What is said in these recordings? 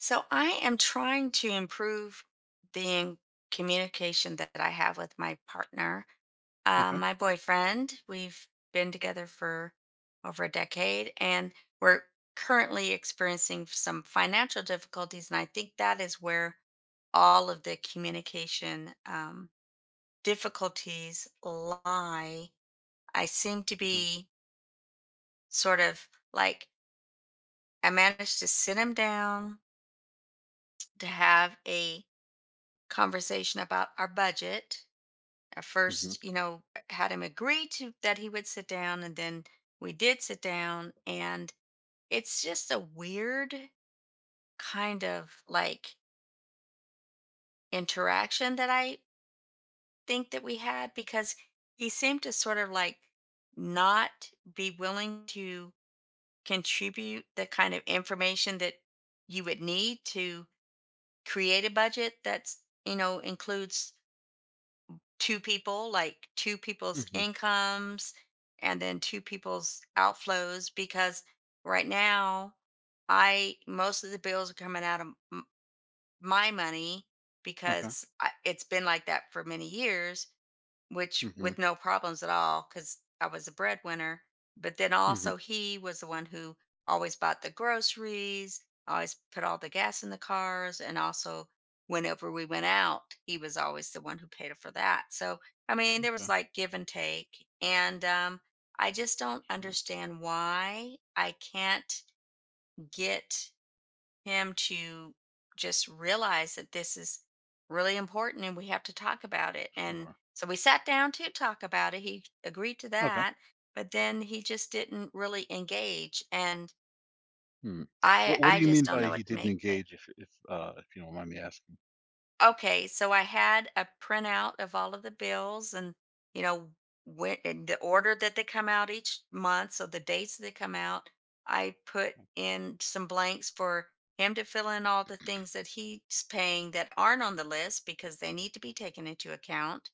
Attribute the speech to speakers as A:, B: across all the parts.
A: So I am trying to improve the in- communication that I have with my partner,
B: Okay.
A: my boyfriend. We've been together for over a decade, and we're currently experiencing some financial difficulties. And I think that is where all of the communication difficulties lie. I seem to
B: Okay.
A: be sort of like I managed to sit him down to have a conversation about our budget. I
B: Mhm.
A: first, you know, had him agree to that he would sit down, and then we did sit down, and it's just a weird kind of like interaction that I think that we had because he seemed to sort of like not be willing to contribute the kind of information that you would need to create a budget that's, you know, includes two people, like two people's
B: Mhm.
A: incomes and then two people's outflows because right now I most of the bills are coming out of m- my money
B: Okay.
A: because I, it's been like that for many years which
B: Mhm.
A: with no problems at all because I was a breadwinner. But then
B: Mhm.
A: also, he was the one who always bought the groceries, always put all the gas in the cars. And also, whenever we went out, he was always the one who paid for that. So, I mean, there was
B: Okay.
A: like give and take. And I just don't
B: Sure.
A: understand why I can't get him to just realize that this is really important and we have to talk about it. And
B: Sure.
A: so we sat down to talk about it. He agreed to
B: Okay.
A: that, but then he just didn't really engage. And
B: Mm.
A: I
B: What do
A: I
B: you
A: just
B: mean
A: don't
B: by
A: know
B: he
A: what to
B: didn't
A: make of it.
B: engage? If you don't mind me asking.
A: Okay, so I had a printout of all of the bills and, you know, when in the order that they come out each month, so the dates they come out, I put in some blanks for him to fill in all the things that he's paying that aren't on the list because they need to be taken into account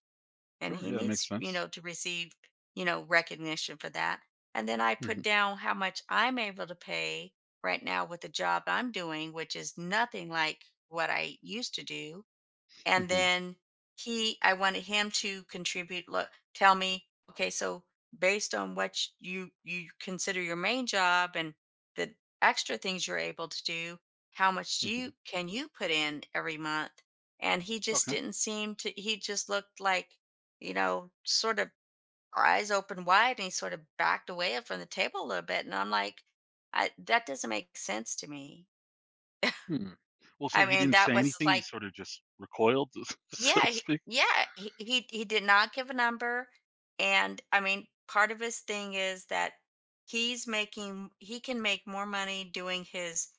A: and
B: Sure.
A: he
B: Yeah, that makes
A: needs, you
B: sense.
A: know, to receive, you know, recognition for that. And then I put
B: Mhm.
A: down how much I'm able to pay right now with the job I'm doing, which is nothing like what I used to do and
B: Mhm.
A: then he I wanted him to contribute, look, tell me, okay, so based on you you consider your main job and the extra things you're able to do, how much you
B: Mhm.
A: can you put in every month. And he just
B: Okay.
A: didn't seem to, he just looked like, you know, sort of eyes open wide, and he sort of backed away from the table a little bit. And I'm like, I, that doesn't make sense to me.
B: Mm. Well, so
A: I
B: he
A: mean,
B: didn't
A: that
B: say
A: was
B: anything. He
A: like,
B: sort of just recoiled, so
A: yeah,
B: to
A: he,
B: speak.
A: yeah, he did not give a number, and, I mean, part of his thing is that he's making, he can make more money doing his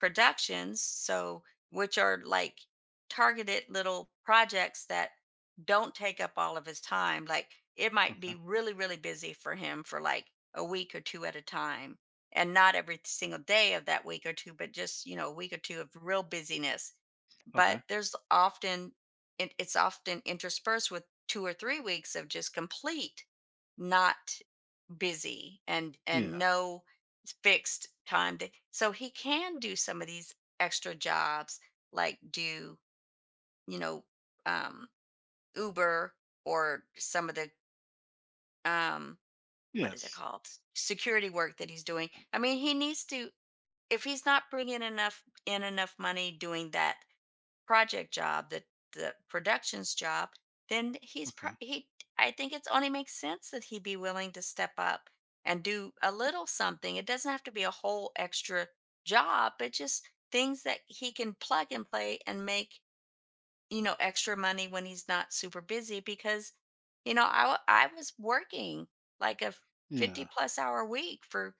A: productions, so, which are like targeted little projects that don't take up all of his time, like it might be
B: Okay.
A: really really busy for him for like a week or two at a time and not every single day of that week or two but just, you know, a week or two of real busyness.
B: Okay.
A: But there's often it's often interspersed with 2 or 3 weeks of just complete not busy and
B: Yeah.
A: no fixed time, that so he can do some of these extra jobs, like do, you know, um Uber or some of the um what is it
B: Yes.
A: called security work that he's doing. I mean, he needs to, if he's not bringing enough in enough money doing that project job, the productions job, then
B: Okay.
A: he, I think it's only makes sense that he be willing to step up and do a little something. It doesn't have to be a whole extra job, but just things that he can plug and play and make, you know, extra money when he's not super busy because, you know, I was working like a 50
B: Yeah.
A: plus hour week for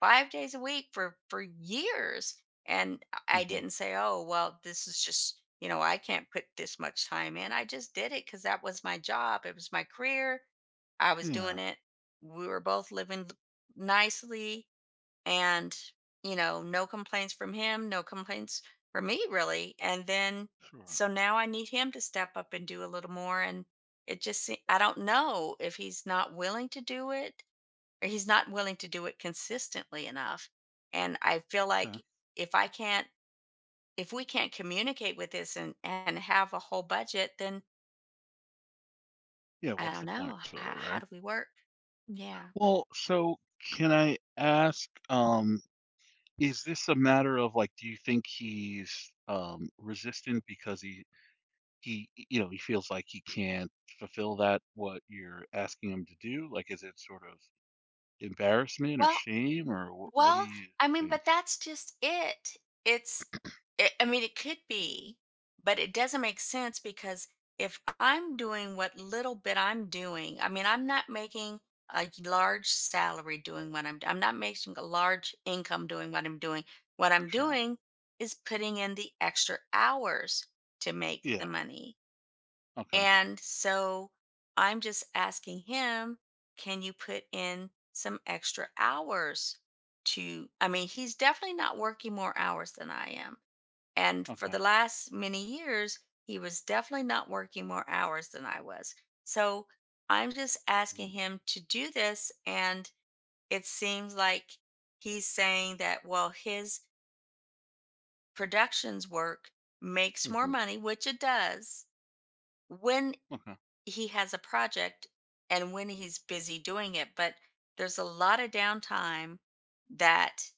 A: 5 days a week for years, and I
B: Uh
A: I
B: huh.
A: didn't say, "Oh, well, this is just, you know, I can't put this much time in." I just did it because that was my job, it was my career. I was doing
B: Yeah.
A: it. We were both living nicely and, you know, no complaints from him, no complaints from me really. And then
B: Sure.
A: so now I need him to step up and do a little more and I don't know if he's not willing to do it or he's not willing to do it consistently enough. And I feel
B: Okay.
A: like if I can't, if we can't communicate with this and have a whole budget, then
B: Yeah.
A: I
B: What's
A: don't
B: the
A: know
B: point? Sort of.
A: how
B: Right.
A: do we work? Yeah.
B: Well, so can I ask? Is this a matter of, like, do you think he's, resistant because he he feels like he can't fulfill that what you're asking him to do? Like, is it sort of embarrassment or
A: Well,
B: shame, or wh what do
A: well,
B: you
A: I mean,
B: think?
A: but that's just it. It's, it, I mean, it could be, but it doesn't make sense because if I'm doing what little bit I'm doing, I mean, I'm not making a large salary doing what I'm not making a large income doing what I'm doing. What I'm
B: Sure.
A: doing is putting in the extra hours to make the
B: Yeah.
A: money.
B: Okay.
A: And so I'm just asking him, can you put in some extra hours to, I mean, he's definitely not working more hours than I am. And for the
B: Okay.
A: last many years, he was definitely not working more hours than I was. So I'm just asking
B: Mhm.
A: him to do this. And it seems like he's saying that, well, his productions work makes more
B: Mhm.
A: money, which it does, when
B: Okay.
A: he has a project and when he's busy doing it, but there's a lot of downtime that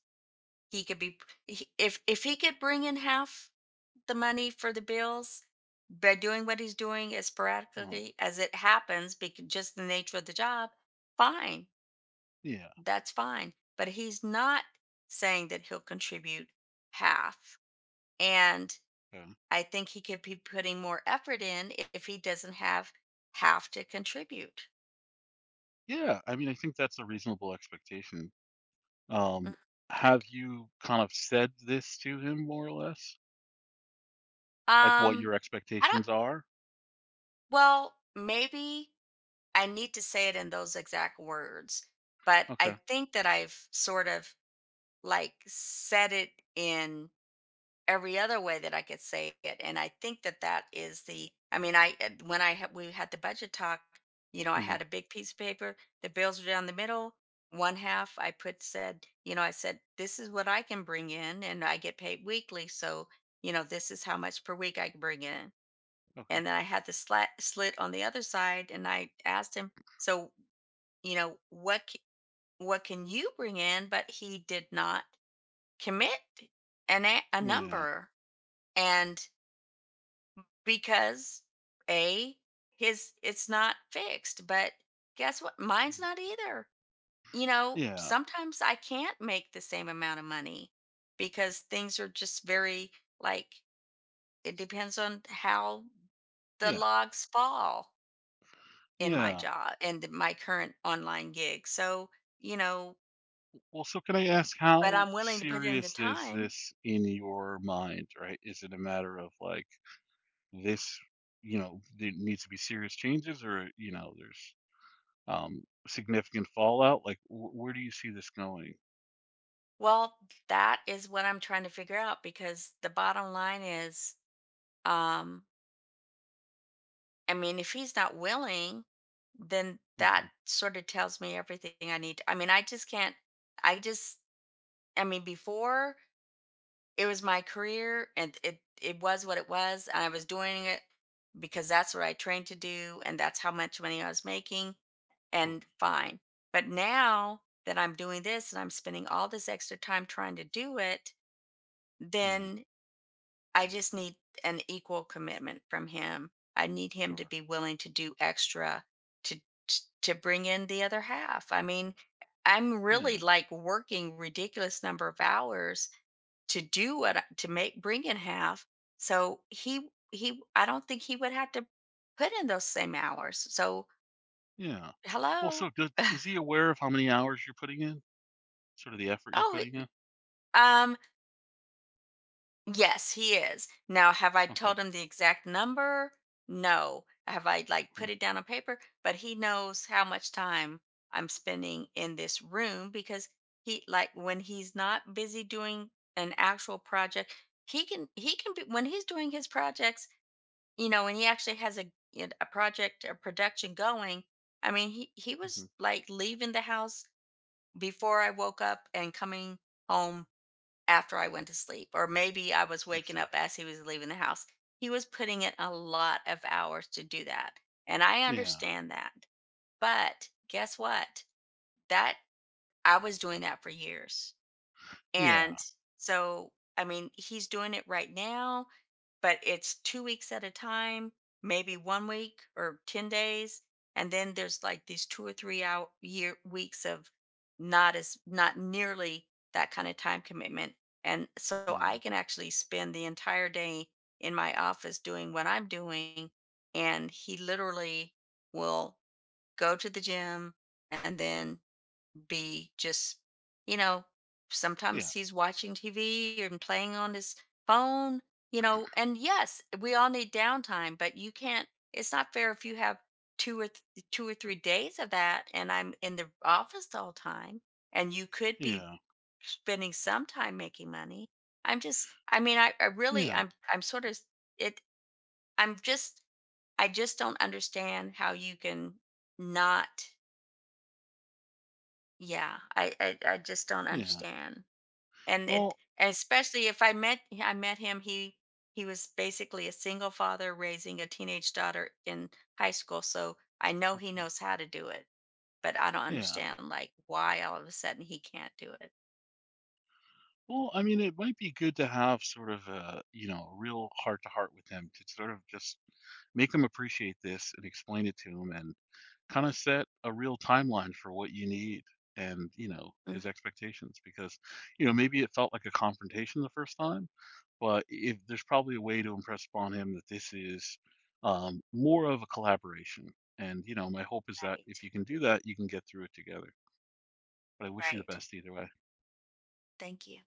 A: he could be, if he could bring in half the money for the bills by doing what he's doing as
B: uh
A: sporadically as it happens because just the nature of the job, fine,
B: Yeah.
A: that's fine, but he's not saying that he'll contribute half. And
B: Yeah.
A: I think he could be putting more effort in if he doesn't have half to contribute.
B: Yeah, I mean, I think that's a reasonable expectation.
A: Mm.
B: Um, have you kind of said this to him more or less? Like, what
A: Um,
B: your
A: I don't,
B: expectations are?
A: well, maybe I need to say it in those exact words, but I
B: Okay.
A: think that I've sort of like said it in every other way that I could say it. And I think that that is the, I mean, I, when I, had we had the budget talk, you know, I had
B: Mhm.
A: a big piece of paper, the bills were down the middle. One half I put said, you know, I said, this is what I can bring in and I get paid weekly. So, you know, this is how much per week I can bring in.
B: Okay.
A: And then I had the slat slit on the other side, and I asked him, "So, you know, what can you bring in?" But he did not commit an a
B: Yeah.
A: number, and because a his it's not fixed, but guess what? Mine's
B: Mm.
A: not either. You know,
B: Yeah,
A: sometimes I can't make the same amount of money because things are just very like it depends on how the
B: yeah,
A: logs fall in my
B: yeah.
A: job and my current online gig. So, you know,
B: Well, so can I ask
A: but
B: how
A: I'm willing to put in the
B: serious is
A: time.
B: this in your mind, right? Is it a matter of like this, there needs to be serious changes or, there's um significant fallout? Like where do you see this going?
A: Well, that is what I'm trying to figure out because the bottom line is um I mean, if he's not willing, then that
B: Mhm.
A: sort of tells me everything I need. I mean, I just can't, I just, I mean, before it was my career and it was what it was and I was doing it because that's what I trained to do and that's how much money I was making
B: Sure.
A: and fine. But now that I'm doing this and I'm spending all this extra time trying to do it,
B: Yeah,
A: then I just need an equal commitment from him. I need him to
B: sure.
A: be willing to do extra to to bring in the other half. I mean, I'm really
B: Yeah.
A: like working ridiculous number of hours to do to make bring in half. So he I don't think he would have to put in those same hours. So
B: Yeah. Well,
A: hello.
B: so is he aware of how many hours you're putting in? Sort of the effort you're
A: Oh,
B: putting in?
A: um, yes, he is. Now, have I
B: Okay.
A: told him the exact number? No. Have I like
B: Huh.
A: put it down on paper? But he knows how much time I'm spending in this room because he like when he's not busy doing an actual project, he can, he can be when he's doing his projects, you know, and he actually has a, you know, a project or production going. I mean, he was
B: Mm-hmm.
A: like leaving the house before I woke up and coming home after I went to sleep, or maybe I was
B: I
A: waking
B: see.
A: up as he was leaving the house. He was putting in a lot of hours to do that. And I
B: Yeah.
A: understand that. But guess what? That I was doing that for years.
B: Yeah.
A: And so, I mean, he's doing it right now but it's 2 weeks at a time, maybe one week or 10 days. And then there's like these two or three out year weeks of not as not nearly that kind of time commitment. And so I
B: Yeah.
A: can actually spend the entire day in my office doing what I'm doing. And he literally will go to the
B: I see.
A: gym and then be just, you know, sometimes
B: Yeah.
A: he's watching TV and playing on his phone, you know, and yes, we all need downtime, but you can't, it's not fair if you have 2 or 3 days of that and I'm in the office the whole time and you could be
B: Yeah,
A: spending some time making money. I'm just, I mean, I really,
B: yeah,
A: I'm sort of, it, I'm just, I just don't understand how you can not, yeah, I, I just don't
B: yeah.
A: understand. And it
B: Well,
A: especially if I met I met him, he was basically a single father raising a teenage daughter in high school, so I know he
B: okay,
A: knows how to do it, but I don't
B: yeah.
A: understand like why all of a sudden he can't do it.
B: Well, I mean, it might be good to have sort of a, real heart to heart with them to sort of just make them appreciate this and explain it to him and kind of set a real timeline for what you need and,
A: Mm.
B: his expectations because, maybe it felt like a confrontation the first time, but if there's probably a way to impress upon him that this is more of a collaboration. And, my hope is that
A: Right.
B: if you can do that, you can get through it together. But I wish you the
A: Right.
B: best either way.
A: Thank you.